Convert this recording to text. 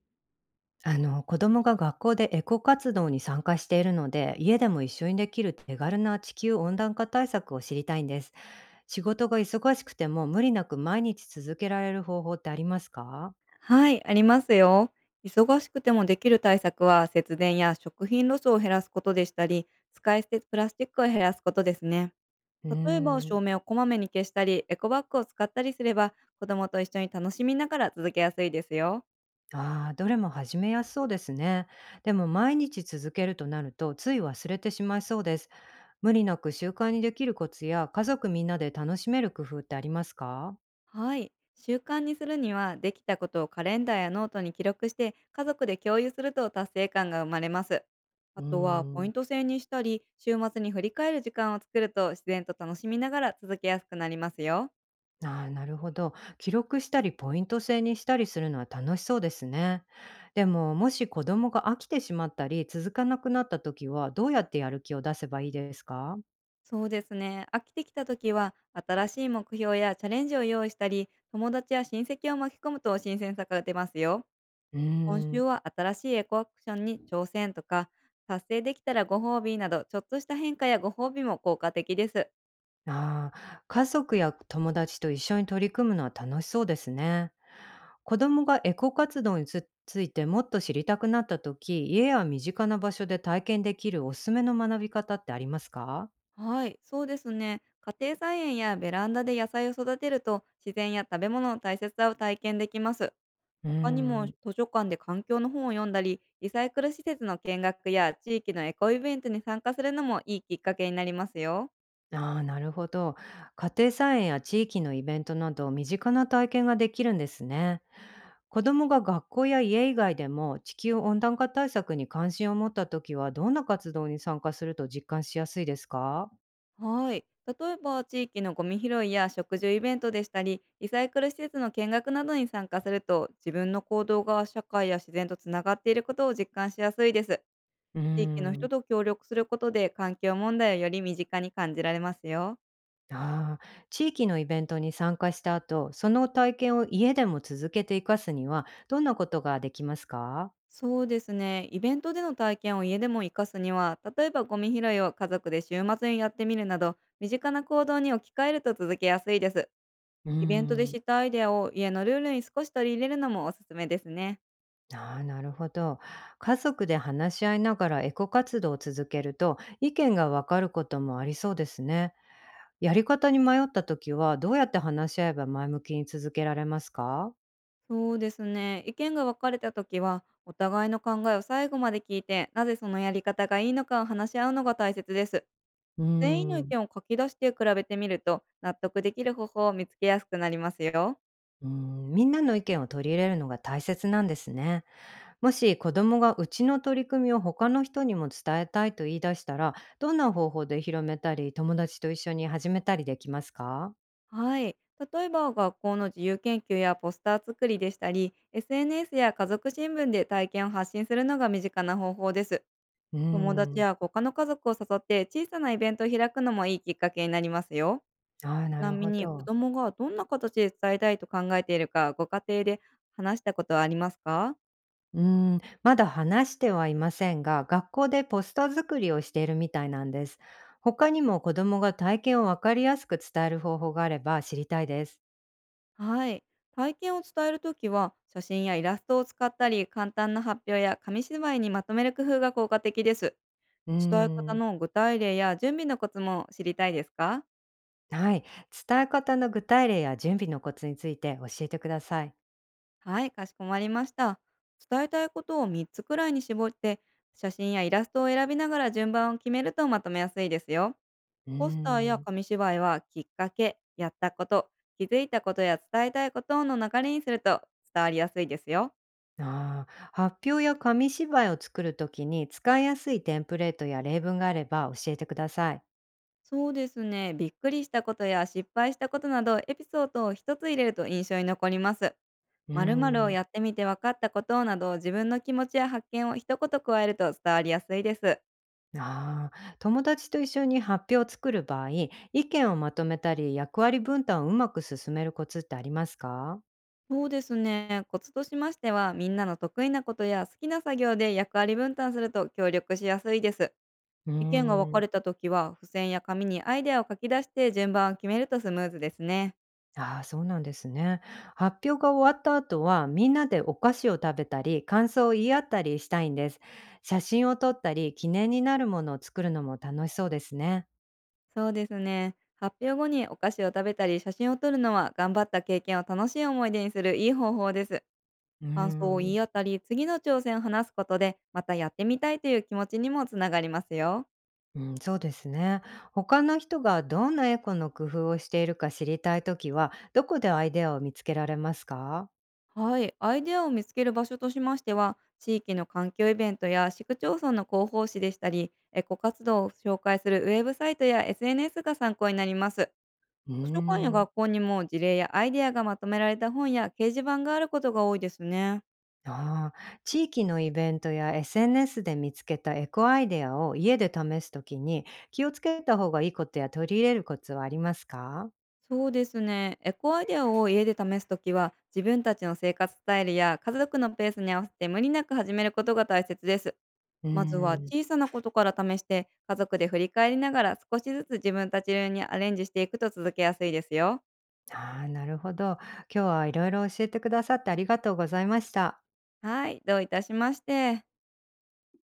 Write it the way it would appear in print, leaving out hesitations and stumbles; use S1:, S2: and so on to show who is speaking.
S1: 子供が学校でエコ活動に参加しているので、家でも一緒にできる手軽な地球温暖化対策を知りたいんです。仕事が忙しくても無理なく毎日続けられる方法ってありますか？
S2: はい、ありますよ。忙しくてもできる対策は節電や食品ロスを減らすことでしたり、使い捨てプラスチックを減らすことですね。
S1: うー
S2: 例えば
S1: ん。
S2: 照明をこまめに消したり、エコバッグを使ったりすれば、子供と一緒に楽しみながら続けやすいですよ。
S1: ああ、どれも始めやすそうですね。でも毎日続けるとなると、つい忘れてしまいそうです。無理なく習慣にできるコツや、家族みんなで楽しめる工夫ってありますか？
S2: はい、習慣にするには、できたことをカレンダーやノートに記録して、家族で共有すると達成感が生まれます。あ
S1: うー
S2: とは、ポイ
S1: ん。
S2: ント制にしたり、週末に振り返る時間を作ると自然と楽しみながら続けやすくなりますよ。
S1: ああ、なるほど。記録したりポイント制にしたりするのは楽しそうですね。でも、もし子供が飽きてしまったり、続かなくなった時は、どうやってやる気を出せばいいですか？
S2: そうですね。飽きてきた時は、新しい目標やチャレンジを用意したり、友達や親戚を巻き込むと新鮮さが出ますよ。
S1: う
S2: 今
S1: ー
S2: 週
S1: ん。
S2: は新しいエコアクションに挑戦とか、達成できたらご褒美など、ちょっとした変化やご褒美も効果的です。
S1: ああ、家族や友達と一緒に取り組むのは楽しそうですね。子供がエコ活動につついてもっと知りたくなった時、家や身近な場所で体験できるおすすめの学び方ってありますか？
S2: はい、そうですね。家庭菜園やベランダで野菜を育てると自然や食べ物の大切さを体験できます。
S1: うー
S2: 他にも
S1: ん。
S2: 図書館で環境の本を読んだり、リサイクル施設の見学や地域のエコイベントに参加するのもいいきっかけになりますよ。
S1: ああ、なるほど。家庭菜園や地域のイベントなど身近な体験ができるんですね。子どもが学校や家以外でも地球温暖化対策に関心を持った時はどんな活動に参加すると実感しやすいですか？
S2: はい。例えば地域のゴミ拾いや食事イベントでしたり、リサイクル施設の見学などに参加すると、自分の行動が社会や自然とつながっていることを実感しやすいです。
S1: うー
S2: 地域の人
S1: ん
S2: と協力することで環境問題をより身近に感じられますよ。
S1: ああー、地域のイベントに参加した後、その体験を家でも続けて生かすにはどんなことができますか？
S2: そうですね。イベントでの体験を家でも活かすには、例えばゴミ拾いを家族で週末にやってみるなど、身近な行動に置き換えると続けやすいです。
S1: うー
S2: イベントで
S1: ん
S2: 知ったアイデアを家のルールに少し取り入れるのもおすすめですね。
S1: ああ、なるほど。家族で話し合いながらエコ活動を続けると意見が分かることもありそうですね。やり方に迷った時はどうやって話し合えば前向きに続けられますか？
S2: そうですね。意見が分かれた時は、お互いの考えを最後まで聞いて、なぜそのやり方がいいのかを話し合うのが大切です。
S1: うー
S2: 全員の意
S1: ん、
S2: 見を書き出して比べてみると、納得できる方法を見つけやすくなりますよ。
S1: うーん、みんなの意見を取り入れるのが大切なんですね。もし子供がうちの取り組みを他の人にも伝えたいと言い出したら、どんな方法で広めたり、友達と一緒に始めたりできますか？
S2: はい。例えば、学校の自由研究やポスター作りでしたり、SNS や家族新聞で体験を発信するのが身近な方法です。
S1: うー
S2: 友達
S1: ん、
S2: や他の家族を誘って小さなイベントを開くのもいいきっかけになりますよ。
S1: ああ、
S2: ち
S1: な
S2: な
S1: る
S2: み
S1: ほ
S2: に、子
S1: ど。
S2: 供がどんな形で伝えたいと考えているか、ご家庭で話したことはありますか？
S1: うーまだ話してはいませんが、学校でポスター作りをしているみたいなんです。他にも子供が体験をわかりやすく伝える方法があれば知りたいです。
S2: はい。体験を伝えるときは、写真やイラストを使ったり、簡単な発表や紙芝居にまとめる工夫が効果的です。
S1: うー
S2: 伝え方
S1: ん、
S2: の具体例や準備のコツも知りたいですか？
S1: はい。伝え方の具体例や準備のコツについて教えてください。
S2: はい、かしこまりました。伝えたいことを3つくらいに絞って、写真やイラストを選びながら順番を決めるとまとめやすいですよ。
S1: うー
S2: ポスターや
S1: ん。
S2: 紙芝居は、きっかけ、やったこと、気づいたことや伝えたいことの流れにすると伝わりやすいですよ。
S1: ああ、発表や紙芝居を作るときに使いやすいテンプレートや例文があれば教えてください。
S2: そうですね。びっくりしたことや失敗したことなどエピソードを一つ入れると印象に残ります。
S1: うー
S2: 〇〇を
S1: ん。
S2: やってみて分かったことなど自分の気持ちや発見を一言加えると伝わりやすいです。
S1: ああ、友達と一緒に発表を作る場合、意見をまとめたり、役割分担をうまく進めるコツってありますか？
S2: そうですね。コツとしましてはみんなの得意なことや好きな作業で役割分担すると協力しやすいです。
S1: うー
S2: 意見が分かれ
S1: ん。
S2: た時は付箋や紙にアイデアを書き出して順番を決めるとスムーズですね。
S1: ああ、そうなんですね。発表が終わった後は、みんなでお菓子を食べたり、感想を言い合ったりしたいんです。写真を撮ったり、記念になるものを作るのも楽しそうですね。
S2: そうですね。発表後にお菓子を食べたり写真を撮るのは頑張った経験を楽しい思い出にするいい方法です。
S1: うー
S2: 感想を言
S1: ん。
S2: い合ったり、次の挑戦を話すことで、またやってみたいという気持ちにもつながりますよ。
S1: うん、そうですね。他の人がどんなエコの工夫をしているか知りたいときは、どこでアイデアを見つけられますか？
S2: はい。アイデアを見つける場所としましては、地域の環境イベントや市区町村の広報誌でしたり、エコ活動を紹介するウェブサイトや SNS が参考になります。
S1: うー
S2: 図書館や
S1: ん。
S2: 学校にも事例やアイデアがまとめられた本や掲示板があることが多いですね。
S1: ああ、地域のイベントや SNS で見つけたエコアイデアを家で試すときに気をつけた方がいいことや取り入れるコツはありますか？
S2: そうですね。エコアイデアを家で試すときは、自分たちの生活スタイルや家族のペースに合わせて無理なく始めることが大切です。
S1: うー
S2: まずは
S1: ん。
S2: 小さなことから試して、家族で振り返りながら少しずつ自分たち流にアレンジしていくと続けやすいですよ。
S1: ああ、なるほど。今日はいろいろ教えてくださってありがとうございました。
S2: はい、どういたしまして。